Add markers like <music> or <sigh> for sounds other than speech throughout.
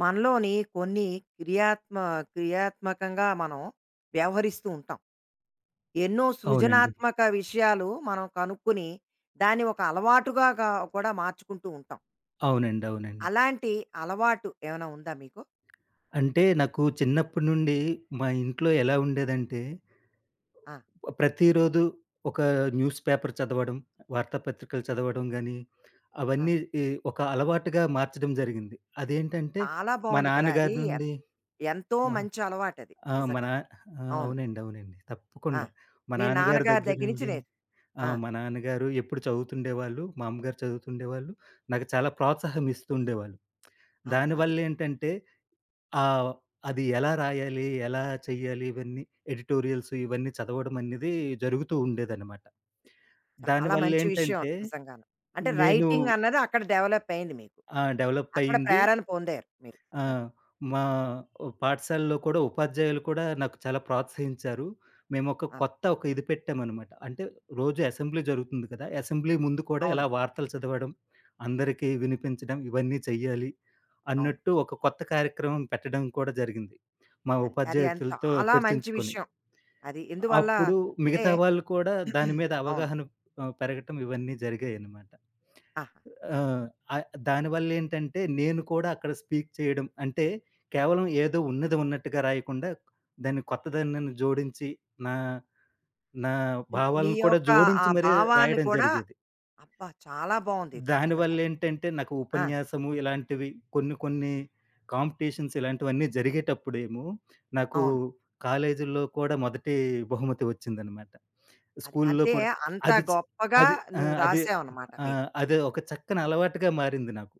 మనలోని కొన్ని క్రియాత్మ క్రియాత్మకంగా మనం వ్యవహరిస్తూ ఉంటాం. ఎన్నో అవునండి. సృజనాత్మక విషయాలు మనం కనుక్కొని, దాన్ని ఒక అలవాటుగా కూడా మార్చుకుంటూ ఉంటాం. అవునండి. అలాంటి అలవాటు ఏమైనా ఉందా మీకు? అంటే నాకు చిన్నప్పటి నుండి మా ఇంట్లో ఎలా ఉండేదంటే, ఆ! ప్రతిరోజు ఒక న్యూస్ పేపర్ చదవడం, వార్తాపత్రికలు చదవడం గానీ, ఆ! అవన్నీ ఈ ఒక అలవాటుగా మార్చడం జరిగింది. అదేంటంటే, చాలా మా బావుంది కదా! అది నాన్నగారి ఎ నుండి ఎంతో మా మంచి అలవాటది ఆ! మా నిజంగా. నా ఆ! అవును. అవునండి. ఆ! తప్పకుండా. మా మీ నాన్నగారి నాన్నగారి దగ్గర దగ్గర నుంచి నుండి ఆ! మా నాన్నగారు ఎప్పుడు చదువుతుండేవాళ్ళు. మా అమ్మగారు చదువుతుండేవాళ్ళు. నాకు చాలా ప్రోత్సాహం ఇస్తూ ఉండేవాళ్ళు. ఆ! అది. దానివల్లేంటంటే ఆ! అది ఎలా రాయాలి, ఎలా చెయ్యాలి, ఇవన్నీ ఎడిటోరియల్స్ ఇవన్నీ చదవడం అనేది జరుగుతూ ఉండేదనమాట. చాలా మంచి విషయం దానివల్లేంటంటే నిజంగాను. అంటే నేను రైటింగ్ అన్నది అక్కడ డెవలప్ అయింది మీకు. డెవలప్ అక్కడ అయింది. ప్రేరణ పొందారు మీరు. ఆ! అది. మా పాఠశాలలో కూడా ఉపాధ్యాయులు కూడా నాకు చాలా ప్రోత్సహించారు. మేమొక ఆ! కొత్త ఒక ఇది పెట్టామనమాట. అంటే రోజు అసెంబ్లీ జరుగుతుంది కదా! అసెంబ్లీ ముందు కూడా అవును. ఇలా వార్తలు చదవడం, అందరికీ వినిపించడం ఇవన్నీ చెయ్యాలి అవును. అన్నట్టు ఒక కొత్త కార్యక్రమం పెట్టడం కూడా జరిగింది. మా అది. అది ఉపాధ్యాయుతులతో చాలా మంచి చర్చించుకొని. విషయం. అది ఎందువల్ల అప్పుడు అంటే మిగతా వాళ్ళు కూడా దాని <clears throat> మీద అవును. అవగాహన పెరగటం ఇవన్నీ జరిగాయనమాట. ఆహా! ఆహ్, ఆహ్, దానివల్లేంటంటే నేను కూడా అక్కడ స్పీక్ చేయడం అంటే కేవలం ఏదో ఉన్నది ఉన్నట్టుగా రాయకుండా దాన్ని కొత్తదనాన్ని జోడించి, నా నా నీ నీ భావాలను కూడా యొక్క ఆ జోడించి మరీ భావాన్ని రాయడం కూడా జరిగేది. అబ్బా! చాలా బావుందిది నిజంగా. దానివల్లేంటంటే, నాకు ఆ! ఉపన్యాసము ఇలాంటివి కొన్ని, కొన్ని కాంపిటీషన్స్ ఇలాంటివన్నీ జరిగేటప్పుడేమో, నాకు అవును. కాలేజీల్లో కూడా మొదటి బహుమతి వచ్చిందనమాట. అది స్కూలులో అంటే కూడా అంత అది చ గొప్పగా అది ఆ! నువ్వు అది రాసావనమాట ఆ! మీరు. అది ఒక చక్కని అలవాటుగా మారింది నాకు.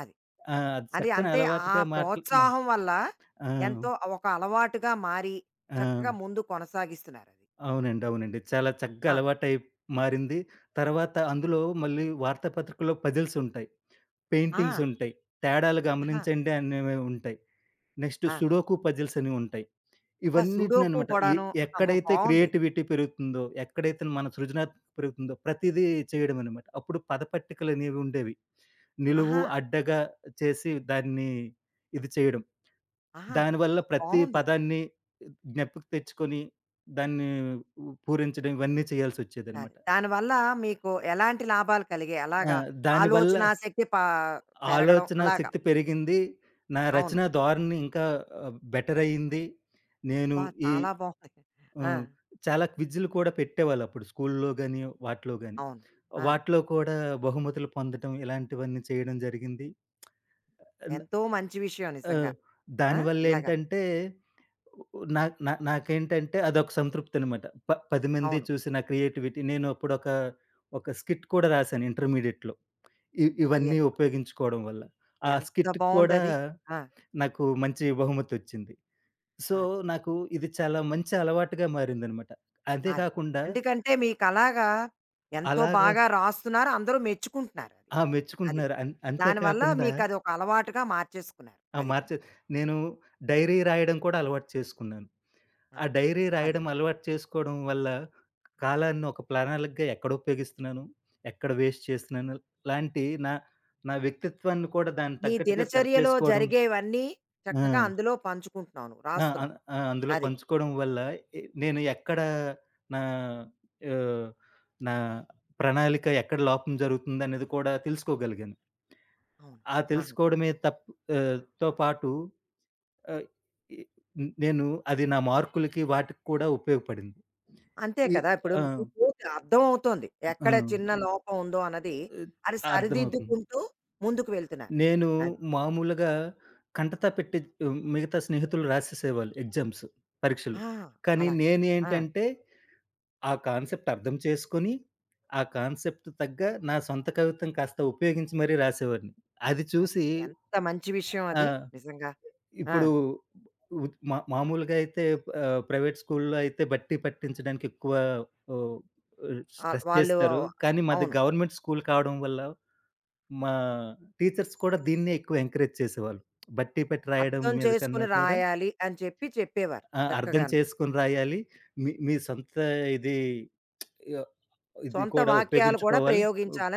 అది. ఆ! అది అది చక్కని అంటే ఆ అలవాటుగా మాట్ల మ ప్రోత్సాహం వల్ల ఆ! ఎంతో ఒక అలవాటుగా మారి ఆ! చక్కగా ముందు కొనసాగిస్తున్నారది. అవునండి. చాలా చక్కగా అవును. అలవాటై మారింది. తర్వాత అందులో మళ్ళీ వార్తాపత్రికలో పజిల్సుంటాయి. ఆ! పెయింటింగ్స్ ఉంటాయి. తేడాలు ఆహా! గమనించండి అనేవి ఉంటాయి. నెక్స్ట్ ఆ! సుడోకు పజిల్స్ అనేవి ఉంటాయి. అబ్బా! సుడోకు ఇవన్నిటిననమాట ఎ కూడాను. అమ్మో! ఎక్కడైతే బావుంది. క్రియేటివిటీ పెరుగుతుందో, ఎక్కడైతే మన సృజనాత్మకత పెరుగుతుందో ప్రతిదీ చేయడం అనమాట. అప్పుడు పదపట్టికలనేవి ఉండేవి. నిలువు, ఆహా! అడ్డగా చేసి దాన్ని ఇది చేయడం. ఆహా! దానివల్ల ప్రతి బావుంది. పదాన్ని జ్ఞప్తికి తెచ్చుకొని దాన్ని పూరించడం ఇవన్నీ అది. చేయాల్సొచ్చేదనమాట. దానివల్ల మీకు ఎలాంటి లాభాలు కలిగాయి? ఆ! అలాగా దానివల్ల ఆలోచనా శక్తి పెరగడం ఆలోచనా అలాగా. శక్తి పెరిగింది. నా అవును. రచనా ధోరణి ఇంకా బెటర్ అయింది. నేను అబ్బా! ఈ చాలా బావుంది. ఆ! హ్మ్. చాలా క్విజ్‌లు కూడా పెట్టేవాళ్ళప్పుడు స్కూల్‌లో గాని, వాటిలో గాని. అవును. ఆ! వాటిలో కూడా బహుమతులు పొందటం ఇలాంటివన్నీ చేయడం జరిగింది. అండ్ ఎంతో మంచి విషయం నిజంగా. ఆహ్, ఆ! ఇలాగా. దానివల్లేంటంటే నా నా నాకేంటంటే అదొక సంతృప్తనమాట. 10 మంది అవును. చూసి నా క్రియేటివిటీ నేను అప్పుడొక ఒక ఒక స్కిట్ కూడా రాశాను ఇంటర్మీడియేట్‌లో. అది ఇవన్నీ ఉపయోగించుకోవడం వల్ల. ఆ ఎంత స్కిట్‌కి కూడా బావుందది. ఆ! నాకు మంచి బహుమతొచ్చింది. సో, అది. నాకు ఇది చాలా మంచి అలవాటుగా మారిందనమాట. అంతే అది. కాకుండా ఎందుకంటే మీకలాగా ఎంతో అలాగా బాగా రాస్తున్నారు. అందరూ మెచ్చుకుంటున్నారు అది. ఆ! అది. మెచ్చుకుంటున్నారు. అంతే దానివల్ల కాకుండా మీకదొక అలవాటుగా మార్చేసుకున్నారు. ఆ! అది. మార్చే నేను డైరీ రాయడం కూడా అలవాటు చేసుకున్నాను. ఆ! ఆ డైరీ అది. రాయడం అలవాటు చేసుకోవడం వల్ల కాలాన్ని ఒక ప్రణాళికగా ఎక్కడ ఉపయోగిస్తున్నాను, ఎక్కడ వేస్ట్ చేస్తున్నాను లాంటి నా వ్యక్తిత్వాన్ని కూడా దానికి నీ తగ్గట్టుగా సరి దినచర్యలో చేసుకోవడం. జరిగేవన్నీ ఆ! చక్కగా అందులో పంచుకుంటున్నావు నువ్వు, ఆ! అన్ రాస్తున్నావు. ఆ! అందులో అది. పంచుకోవడం వల్ల నేను ఎక్కడ నా ఆహ్, నా ప్రణాళిక ఎక్కడ లోపం జరుగుతుందనేది కూడా తెలుసుకోగలిగాను. అవును. ఆ ఆహా! తెలుసుకోవడమే తప్ ఆహ్, తో పాటు ఆహ్, ఇ నేను అది నా మార్కులకి వాటికి కూడా ఉపయోగపడింది. అంతే ఇ కదా! ఇప్పుడు ఆ! మీకు అర్థం అవుతోంది. ఆ! ఎక్కడ చిన్న లోపం ఉందో అన్నది, అది అర్థమవుతుంది. సరిదిద్దుకుంటూ ముందుకు వెళ్తున్నారు. నేను అది. మామూలుగా కంటత పెట్టి మిగతా స్నేహితులు రాసేసేవాళ్ళు ఎగ్జామ్స్, పరీక్షలు. ఆ! కానీ అలాగా. ఆ! నేనేంటంటే ఆ కాన్సెప్ట్ అర్థం చేసుకొని, ఆ కాన్సెప్ట్ తగ్గ నా సొంత కవిత్వం కాస్త ఉపయోగించి మరీ రాసేవాడిని. అది అది. చూసి ఎంత మంచి విషయం ఆ! అది నిజంగా. ఆ! ఇప్పుడు మా మామూలుగా అయితే ప్రైవేట్ స్కూల్‌లో అయితే బట్టి పట్టించడానికి ఎక్కువ ఓహ్, ఆహ్, స్ట్రెస్ వాళ్ళు చేస్తారు. కానీ మాది అవును. గవర్నమెంట్ స్కూల్ కావడం వల్ల మా టీచర్స్ కూడా దీన్నే ఎక్కువ ఎంకరేజ్ చేసేవాళ్ళు. బట్టి పట్టి రాయడం అర్థం మీద కన్నా చేసుకొని కూడా రాయాలి అని చెప్పి చెప్పేవారు అర్థం చక్కగాను. చేసుకొని రాయాలి. మీ మీ సొంత ఇది ఇది సొంత కూడా వాక్యాలు కూడా ఉపయోగించుకోవాలి.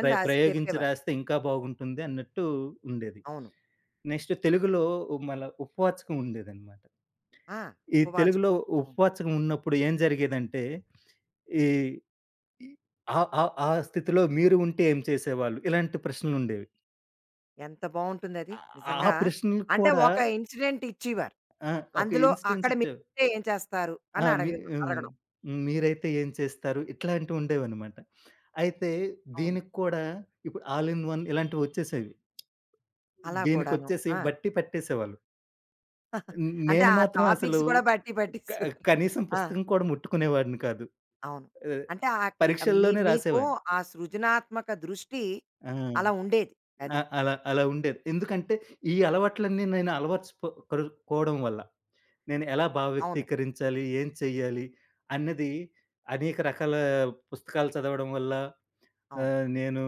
రాసి ప్రయోగించి చెప్పేవారు. రాస్తే ఇంకా బాగుంటుంది అన్నట్టు ఉండేది. అవును. నెక్స్ట్ తెలుగులో మళ్ళా ఉపవాచకం ఉండేదనమాట. ఆ! ఈ ఉపవాచకం. తెలుగులో అవును. ఉపవాచకం ఉన్నప్పుడు ఏం జరిగేదంటే, ఈ ఈ- ఆ ఆ ఆ స్థితిలో మీరు ఉంటే ఏం చేసేవాళ్ళు? ఇలాంటి ప్రశ్నలుండేవి. ఎంత బావుంటుందది. ఆ ఆ నిజంగా. ప్రశ్నలు అంటే కూడా ఒక ఇన్సిడెంట్ ఇచ్చేవారు. ఆ! ఒక అందులో ఇన్స్టెన్స్ అక్కడ ఇచ్చేవి. మీరుంటే ఏం చేస్తారు ఆ! అని మీ హ్మ్. అడగడం. మీరైతే ఏం చేస్తారు? ఇట్లాంటివి ఉండేవనమాట. అయితే అవును. దీనికి కూడా ఇప్పుడు ఆల్ ఇన్ వన్ ఇలాంటివి వచ్చేసేవి. అలా కూడాను. దీనికొచ్చేసి ఆ! బట్టి పట్టేసేవాళ్ళు. అంటే నేను ఆ మాత్రం అసలు టాపిక్స్ కూడా బట్టి క పట్టేసేవారు. కనీసం ఆ! పుస్తకం కూడా ముట్టుకునేవాడిని కాదు. అవును. ఆహ్, అంటే ఆ క్రి మీ పరీక్షల్లోనే మీకు రాసేవాడిని. ఆ సృజనాత్మక దృష్టి ఆ! అలా ఉండేది. అది. అ అలా అలా ఉండేది. ఎందుకంటే ఈ అలవాట్లన్నీ నేను అలవర్చుకో కోరు కోవడం వల్ల నేను ఎలా భావ అవును. వ్యక్తీకరించాలి, ఏం చెయ్యాలి అన్నది అనేక రకాల పుస్తకాలు చదవడం వల్ల అవును. నేను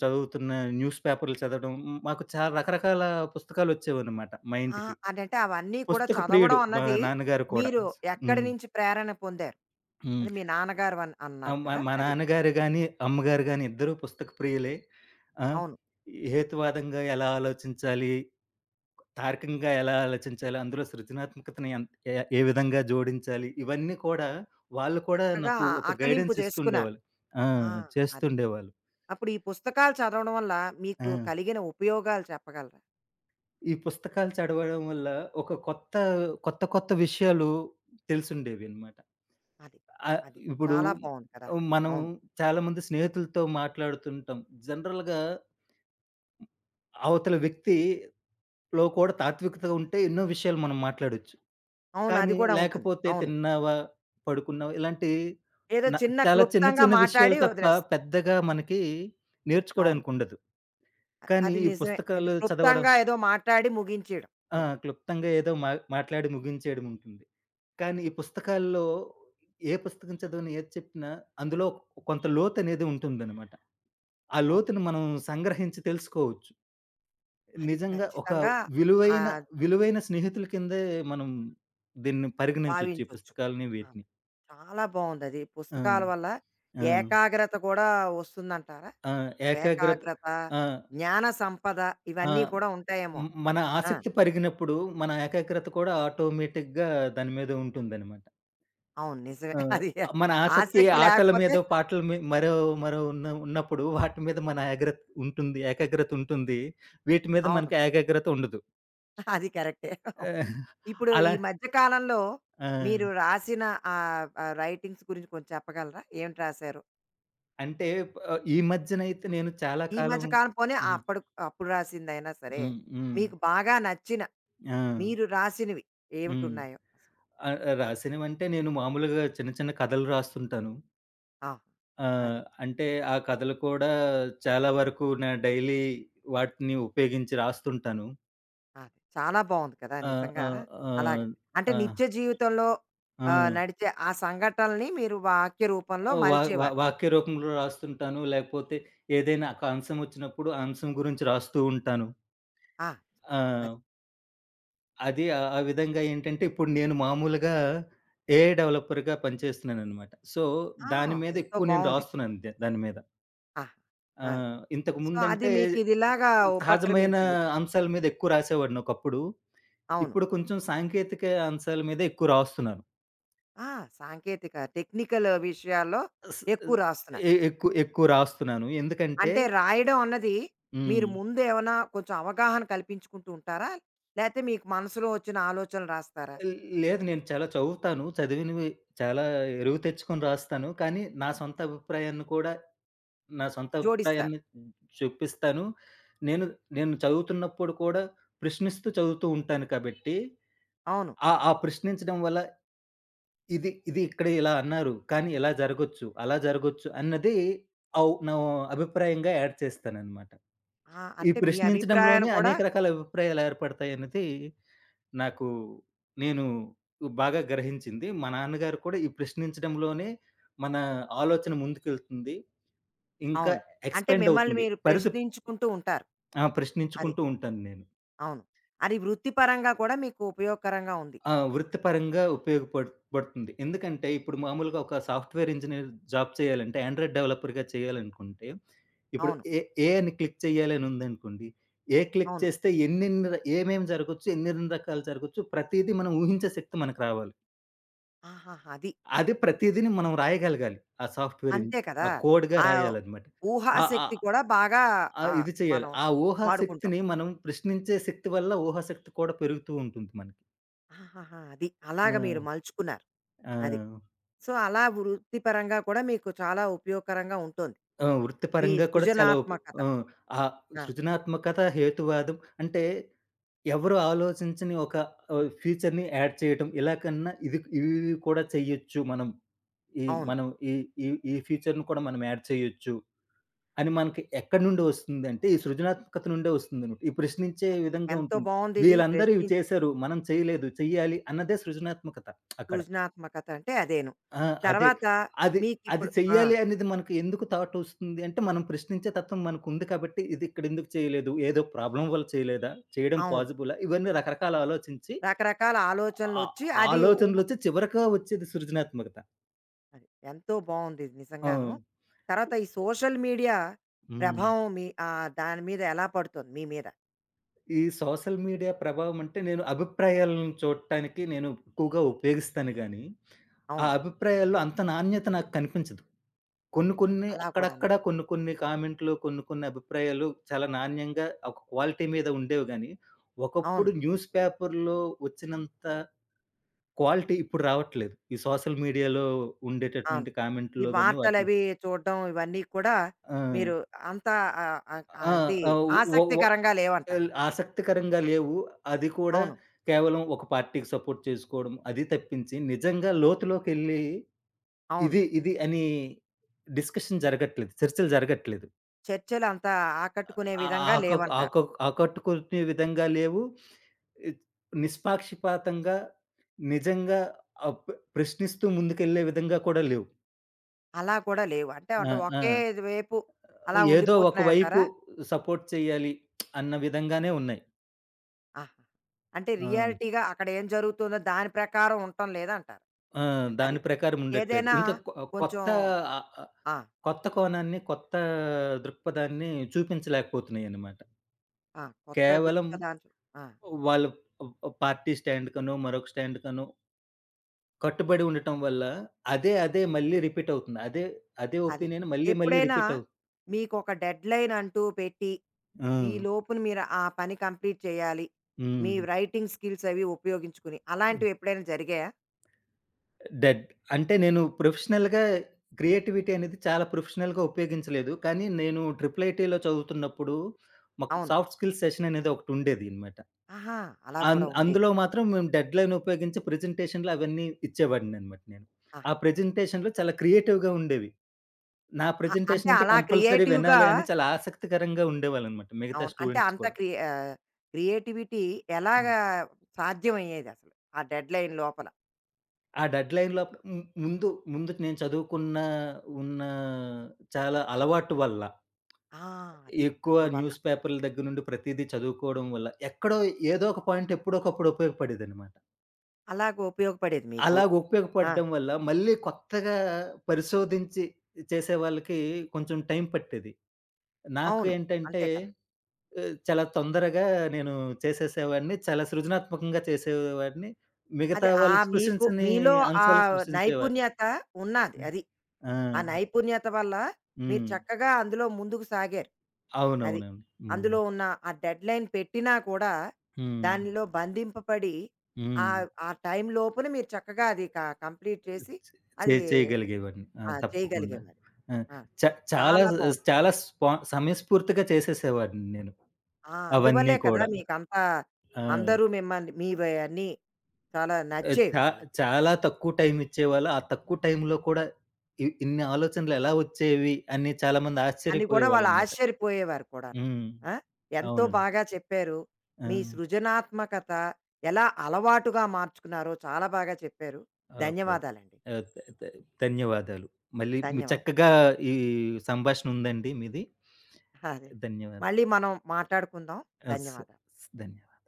చదువుతున్న న్యూస్ పేపర్‌లు చదవడం, మాకు చాలా రకరకాల పుస్తకాలొచ్చేవన్నమాట మా ఆ! ఇంటికి. అదంటే అవన్నీ కూడా పుస్తక ప్రియుడు చదవడం మా అన్నది నాన్నగారు కూడా. మీరు ఎక్కడి హ్మ్. నుంచి ప్రేరణ పొందారు? హ్మ్. అది మీ నాన్నగారు అన్నారు ఆహ్, మా కదా! మా అది. నాన్నగారు గాని, అమ్మగారు గాని ఇద్దరూ పుస్తక ప్రియులే. ఆ! అవును. హేతువాదంగా ఎలా ఆలోచించాలి, తార్కంగా ఎలా ఆలోచించాలి, అందులో సృజనాత్మకతని ఏ ఏ విధంగా జోడించాలి, ఇవన్నీ కూడా వాళ్ళు కూడా చక్కగా నాకు ఒక అకలింపు గైడెన్స్ చేసుకున్నారు. ఇస్తుండేవాళ్ళు. ఆ! ఆ! అది. చేస్తుండేవాళ్ళు. అప్పుడు ఈ పుస్తకాలు చదవడం వల్ల ఆ! మీకు కలిగిన ఉపయోగాలు చెప్పగలరా? ఈ పుస్తకాలు చదవడం వల్ల ఒక కొత్త కొత్త విషయాలు తెలిసుండేవన్నమాట. అది. ఆహ్, అది. ఇప్పుడు చాలా బావుంది కదా! మనం అవును. చాలామంది స్నేహితులతో మాట్లాడుతుంటాం. జనరల్‌గా అవతల వ్యక్తిలో కూడా తాత్వికత ఉంటే ఎన్నో విషయాలు మనం మాట్లాడొచ్చు. అవును. అది కానీ కూడా ఉంటుంది. లేకపోతే అవును. తిన్నావా? పడుకున్నావా? ఇలాంటి ఏదో న చిన్న చాలా చిన్న క్లుప్తంగా చిన్న మాటాడి విషయాలు తప్ప వదిలేస్తాం. పెద్దగా మనకి అవును. నేర్చుకోవడానికి ఉండదు. కానీ అది ఈ నిజమే. అంటే పుస్తకాలు చదవడం క్లుప్తంగా ఏదో మాట్లాడి ముగించేయడం. ఆ! అది. క్లుప్తంగా ఏదో మాట్లాడి ముగించేయడం ఉంటుంది. కానీ ఈ పుస్తకాల్లో ఏ పుస్తకం చదవని ఏది చెప్పినా అందులో కొంత లోతనేది ఉంటుందనమాట. ఆ అవును. లోతుని మనం సంగ్రహించి తెలుసుకోవచ్చు. అది నిజంగా ఒక ఖచ్చితంగా విలువైన, ఆహ్, విలువైన స్నేహితుల కిందే మనం దీన్ని పరిగణించొచ్చు ఈ భావించొచ్చు. పుస్తకాలని ఆ! వీటిని. చాలా బావుందది. ఆ! పుస్తకాల వల్ల ఆ! ఏకాగ్రత కూడా వస్తుందంటారా? ఆ! ఏకాగ్రత ఏకాగ్రత, ఆ! జ్ఞాన సంపద ఆ! ఇవన్నీ కూడా ఉంటాయేమో. మ్ మన ఆ! ఆసక్తి పరిగినప్పుడు మన ఏకాగ్రత కూడా ఆటోమేటిక్‌గా దాని మీద ఉంటుందనమాట. అవును. నిజమే. ఆ! అది మన ఆసక్తి ఆసక్తి ఆటల లేకపోతే మీదో, పాటల మీ మరో మరో ఉన్న ఉన్నప్పుడు వాటి మీద మన ఏగ్రత్ ఉంటుంది. ఏకాగ్రత ఉంటుంది. వీటి మీద అవును. మనకి ఏకాగ్రత ఉండదు. అది కరెక్టే. అవును. ఆహ్, ఇప్పుడు అలా ఈ మధ్య కాలంలో ఆ! మీరు రాసిన ఆహ్, ఆహ్, రైటింగ్స్ గురించి కొంచెం చెప్పగలరా? ఏమిటి రాసారు? అంటే ఆహ్, ఈ మధ్యనైతే నేను చాలా ఈ కాలం. మధ్య కాలం పోనీ హ్మ్. అప్పుడు అప్పుడు రాసిందైనా సరే, హ్మ్. హ్మ్. మీకు బాగా నచ్చిన ఆ! మీరు రాసినవి హ్మ్. ఏమిటున్నాయో అసలు? ఆహ్, రాసినవంటే నేను మామూలుగా చిన్న చిన్న కథలు రాస్తుంటాను. ఆ! అది. అంటే ఆ కథలు కూడా చాలా వరకు నా డైలీ వాటిని ఉపయోగించి రాస్తుంటాను. అది. చాలా బావుంది కదా! ఆ! ఆ! నిజంగా. ఆ! అలాగా. అంటే ఆ! నిత్య జీవితంలో ఆ! ఆహ్, నడిచే ఆ సంఘటనల్ని మీరు వాక్య రూపంలో వా వా మలిచేవారు. వాక్య రూపంలో రాస్తుంటాను. లేకపోతే ఏదైనా ఒక అంశం వచ్చినప్పుడు ఆ అంశం గురించి రాస్తూ ఉంటాను. ఆ! అది. ఆ! అది ఆ ఆ విధంగా ఏంటంటే, ఇప్పుడు నేను మామూలుగా ఏఐ డెవలపర్‌గా పనిచేస్తున్నాననమాట. సో, ఆ! దాని మీద ఎంతో ఎక్కువ నేను బావుంది. రాస్తున్నాను దాని మీద. ఆహా! అది. ఇంతకు సో, అది ముందంటే మీకు ఇది ఇలాగా సహజమైన ఉపక్రమించింది. అంశాల మీద ఎక్కువ రాసేవాడిని ఒకప్పుడు. అవును. ఇప్పుడు కొంచెం సాంకేతిక అంశాల మీద ఎక్కువ రాస్తున్నాను. ఆ! సాంకేతిక టెక్నికల్ విషయాల్లో అస్ ఎక్కువ రాస్తున్నారు. ఎ ఎక్కువ ఎక్కువ రాస్తున్నాను. ఎందుకంటే అంటే రాయడం అన్నది మీరు హ్మ్. ముందు ఏమైనా కొంచెం అవగాహన కల్పించుకుంటూ ఉంటారా? లేతే మీకు మనసులో వచ్చిన ఆలోచనలు రాస్తారా? ల్ లేదు. నేను చాలా చదువుతాను. చదివినవి చాలా ఎరువు తెచ్చుకొని రాస్తాను. కానీ నా సొంత జోడిస్తారు. అభిప్రాయాన్ని చూపిస్తాను. నేను నేను చదువుతున్నప్పుడు కూడా ప్రశ్నిస్తూ చదువుతూ ఉంటాను కాబట్టి, అవును. ఆ ఆ ప్రశ్నించడం వల్ల ఇది ఇది ఇక్కడ ఇలా అన్నారు. కానీ ఇలా జరగొచ్చు, అలా జరగొచ్చు అన్నది నా అభిప్రాయంగా యాడ్ చేస్తాననమాట. ఆ! ఈ అంటే మీ అభిప్రాయాన్ని ప్రశ్నించడంలోనే కూడా అనేక రకాల అభిప్రాయాలు ఏర్పడతాయన్నది నాకు నేను బాగా గ్రహించింది. మా నాన్నగారు కూడా ఈ ప్రశ్నించడంలోనే మన ఆలోచన ముందుకెళ్తుంది. ఇంకా అవును. అంటే ఎక్స్‌పాండ్ మిమ్మల్ని అవుతుంది. మీరు పరిధి. ప్రశ్నించుకుంటూ ఉంటారు. అది. ప్రశ్నించుకుంటూ ఉంటాను నేను. అవును. అది వృత్తిపరంగా కూడా మీకు ఉపయోగకరంగా ఉంది. వృత్తిపరంగా పడుతుంది. ఎందుకంటే ఇప్పుడు మామూలుగా ఒక సాఫ్ట్‌వేర్ ఇంజినీర్ జాబ్ చేయాలంటే ఆండ్రాయిడ్ డెవలపర్‌గా చేయాలనుకుంటే, ఇప్పుడు అవును. ఏ ఏ అని క్లిక్ చేయాలి అని ఉందనుకోండి. ఏ క్లిక్ అవును. చేస్తే ఏమేమి జరగొచ్చు, ఎన్నెన్ని రకాలు జరగొచ్చు, ప్రతీదీ మనం ఊహించే శక్తి మనకు రావాలి. ఆహాహా! అది. అది ప్రతీదీని మనం రాయగలగాలి. ఆ సాఫ్ట్‌వేర్ ఇన్ అంతే కదా! ఆ కోడ్‌గా ఆ రాయాలన్నమాట. ఆహ్, ఊహాశక్తి ఆహ్, కూడా బాగా ఆహ్, ఆహ్, ఇది చేయాలి. మనం ఆ వాడుకుంటాం. ఊహాశక్తిని మనం ప్రశ్నించే శక్తి వల్ల ఊహాశక్తి కూడా పెరుగుతూ ఉంటుంది మనకి. ఆహాహా! అది. అలాగ మీరు ఆ! మలుచుకున్నారు. ఆ! అది. సో, అలా వృత్తిపరంగా కూడా మీకు చాలా ఉపయోగకరంగా ఉంటుంది. ఆ! మీ వృత్తిపరంగా కూడా చాలా ఉప్ సృజనాత్మకత. ఆ! ఆ ఆ! సృజనాత్మకత, హేతువాదం అంటే ఎవరు ఆలోచించని ఒక ఫీచర్‌ని యాడ్ చేయటం. ఇలా కన్నా ఇవి కూడా చెయ్యొచ్చు మనం. ఈ అవును. మనం ఈ ఈ ఈ ఫీచర్‌ని కూడా మనం యాడ్ చేయొచ్చు అని మనకి ఎక్కడి నుండి వస్తుందంటే, ఈ సృజనాత్మకత నుండే వస్తుందన్నమాట. ఈ ప్రశ్నించే అంతే. విధంగా ఎంతో ఉంటుంది. బావుందిది వీళ్ళందరూ ఇవి ప్రశ్నించి చేశారు. మనం చేయలేదు. చెయ్యాలి అన్నదే సృజనాత్మకత అక్కడ. సృజనాత్మకత అంటే అదేను. ఆ! అదే. తర్వాత అది అది మీకిప్పుడు ఆ! చెయ్యాలి అనేది మనకు ఎందుకు థాట్ వస్తుంది అంటే, మనం ప్రశ్నించే తత్వం మనకుంది కాబట్టి, ఇది ఇక్కడ ఎందుకు చేయలేదు? ఏదో ప్రాబ్లమ్ వల్ల చేయలేదా? చేయడం అవును. పాజిబులా? ఇవన్నీ రకరకాల ఆలోచించి, రకరకాల ఆ ఆలోచనలొచ్చి అది ఆలోచనలొచ్చి చివరగా వచ్చేది సృజనాత్మకత. అది. ఎంతో బావుంది ఇది ఆ! నిజంగాను. తర్వాత ఈ సోషల్ మీడియా హ్మ్. ప్రభావం మీ ఆహ్, దాని మీద ఎలా పడుతుంది మీ మీద? ఈ సోషల్ మీడియా ప్రభావం అంటే నేను అభిప్రాయాలను చూడటానికి నేను ఎక్కువగా ఉపయోగిస్తాను గానీ, ఆ అవును. అభిప్రాయాల్లో అంత నాణ్యత నాకు కనిపించదు. కొన్ని ఆ! కొన్ని అలా కూడాను. అక్కడక్కడ కొన్ని కొన్ని కామెంట్‌లు, కొన్ని కొన్ని అభిప్రాయాలు చాలా నాణ్యంగా ఒక క్వాలిటీ మీద ఉండేవి గానీ, ఒకప్పుడు అవును. న్యూస్ పేపర్‌లో వచ్చినంత క్వాలిటీ ఇప్పుడు రావట్లేదు. ఈ సోషల్ మీడియాలో అవును. ఉండేటటువంటి ఈ కామెంట్‌లో గాని వాటిలో. వార్తలవి చూడడం ఇవన్నీ కూడా ఆ! మీరు అంతా ఆహ్, ఆహ్, ఆ! అది ఆ! వ వ ఆసక్తికరంగా లేవంటారు. ఎల్ ఆసక్తికరంగా లేవు. అది కూడా అవును. కేవలం ఒక పార్టీకి సపోర్ట్ చేసుకోవడం అది తప్పించి, నిజంగా లోతులోకెళ్ళి అవును. ఇది అని డిస్కషన్ జరగట్లేదు. చర్చలు జరగట్లేదు. చర్చలు అంత ఆకట్టుకునే ఆహ్, విధంగా ఆక లేవంటారు. ఆక ఆకట్టుకునే విధంగా లేవు. ఇద్ నిష్పాక్షిపాతంగా నిజంగా ఆహ్, ప్ర ప్రశ్నిస్తూ ముందుకెళ్ళే విధంగా కూడా లేవు. అలా కూడా లేవు. అంటే ఆ! అంటే ఆ! ఒకే వైపు అలా ఏదో ఒకవైపు ఉండిపోతున్నాయంటారా? సపోర్ట్ చేయాలి అన్న విధంగానే ఉన్నాయి. ఆహా! అంటే ఆ! రియాలిటీగా అక్కడ ఏం జరుగుతుందో దాని ప్రకారం ఉండటం లేదంటారు. ఆ! అది. దాని ప్రకారం ఉండట్లేదు. ఏదైనా ఇంకా కొంచెం కొత్త ఆహ్, ఆహ్, ఆ! కొత్త కోణాన్ని, కొత్త దృక్పథాన్ని చూపించలేకపోతున్నాయన్నమాట. ఆ! కొత్త కేవలం దృక్పథాంచు ఆ! వాళ్ళు ఆహ్, పార్టీ స్టాండ్ కనో, మరొక స్టాండ్ కనో కట్టుబడి ఉండటం వల్ల అదే మళ్ళీ రిపీట్ అవుతుంది. అదే అదే. ఒపీనియన్ మళ్ళీ, మళ్ళీ ఎప్పుడైనా రిపీట్ అవుతుంది. మీకొక డెడ్‌లైన్ అంటూ పెట్టి, ఆ! ఈ లోపున మీరు ఆ పని కంప్లీట్ చేయాలి. హ్మ్. మీ రైటింగ్ స్కిల్స్ అవి ఉపయోగించుకుని, అలాంటివి ఎప్పుడైనా జరిగాయా? డెడ్ అంటే నేను ప్రొఫెషనల్‌గా క్రియేటివిటీ అనేది చాలా ప్రొఫెషనల్‌గా ఉపయోగించలేదు. కానీ నేను ట్రిపుల్ ఐటీలో చదువుతున్నప్పుడు మాకు అవును. సాఫ్ట్ స్కిల్స్ సెషన్ అనేది ఒకటి ఉండేదన్నమాట. ఆహా! అలా కూడా ఉండేది. అందులో మాత్రం మేము డెడ్‌లైన్ ఉపయోగించి ప్రెజెంటేషన్‌లు అవన్నీ ఇచ్చేవాడిననమాట నేను. ఆ ఆహా! ప్రెజెంటేషన్‌లు చాలా క్రియేటివ్‌గా ఉండేవి. నా అంటే ప్రెజెంటేషన్ అంటే అలా కంపల్సరీ క్రియేటివ్‌గా వినాలి అని చాలా ఆసక్తికరంగా ఉండేవాళ్ళనమాట మిగతా అవును. అంటే స్టూడెంట్స్ అంత కూడా. ఆహ్, క్రియేటివిటీ హ్మ్. ఎలాగా సాధ్యమయ్యేదసలు? ఆ డెడ్‌లైన్ లోపల? ఆ డెడ్‌లైన్ లోపల ముందు ముందు నేను చదువుకున్న ఉన్న చాలా అలవాటు వల్ల, ఆ! అది. ఎక్కువ అందువల్ల. న్యూస్ పేపర్‌ల దగ్గర నుండి ప్రతీదీ చదువుకోవడం వల్ల, ఎక్కడో ఏదో ఒక పాయింట్ ఎప్పుడోకప్పుడు ఉపయోగపడేదనమాట. అలాగ ఉపయోగపడేది మీకు. అలాగ ఆ! ఉపయోగపడడం వల్ల మళ్ళీ కొత్తగా పరిశోధించి చేసే వాళ్ళకి కొంచెం టైం పట్టేది. నాకు అవును. ఏంటంటే అంతే కదా! చాలా తొందరగా నేను చేసేసేవాడిని. చాలా సృజనాత్మకంగా చేసేవాడిని. అదే మిగతా వాళ్ళు ఆహ్, మీకు సృశించని మీలో ఆ అంశాలు సృష్టించేవాడిని. నైపుణ్యత ఉన్నాది అది. ఆ! ఆ నైపుణ్యత వల్ల మీరు హ్మ్. చక్కగా అందులో ముందుకు సాగారు. అది. అవునవునండి. హ్మ్. అందులో ఉన్న ఆ డెడ్‌లైన్ పెట్టినా కూడా హ్మ్. దానిలో బంధింపబడి హ్మ్. ఆహ్, ఆ టైం లోపున మీరు చక్కగా అది క కంప్లీట్ చేసి చే అది చేయగలిగేవాడిని. ఆ! తప్పకుండా. చేయగలిగేవారు. ఆ! ఆ! చ చాలా చాలా బావుంది. చాలా స్పా సమయస్ఫూర్తిగా చేసేసేవాడిని నేను. ఆ! అవన్నీ అందువల్లే కదా! కూడా. మీకంతా ఆ! అందరూ మిమ్మల్ని మీవన్నీ చాలా ఆహ్, నచ్చేవి చా వాళ్ళకి. చాలా తక్కువ టైమ్ ఇచ్చేవాళ్ళు. ఆ తక్కువ టైమ్‌లో కూడా ఇన్ని ఆలోచనలు ఎలా వచ్చేవి అని చాలామంది అని కూడా వాళ్ళు ఆశ్చర్యపోయేవాళ్ళన్నమాట. ఆశ్చర్యపోయేవారు కూడాను. హ్మ్. ఆ! ఎంతో అవునండి. బాగా చెప్పారు. ఆ! మీ సృజనాత్మకత ఎలా అలవాటుగా మార్చుకున్నారో చాలా బాగా చెప్పారు. ఓకే. ధన్యవాదాలండి. ఆహ్, ధ ధ ధన్యవాదాలు. మళ్ళీ మీ ధన్యవాదాలు. చక్కగా ఈ సంభాషణ ఉందండి మీది. అదే. ధన్యవాదాలు. మళ్ళీ మనం మాట్లాడుకుందాం. ఆ! స ధన్యవాదాలు. స్ ధన్యవాదాలు.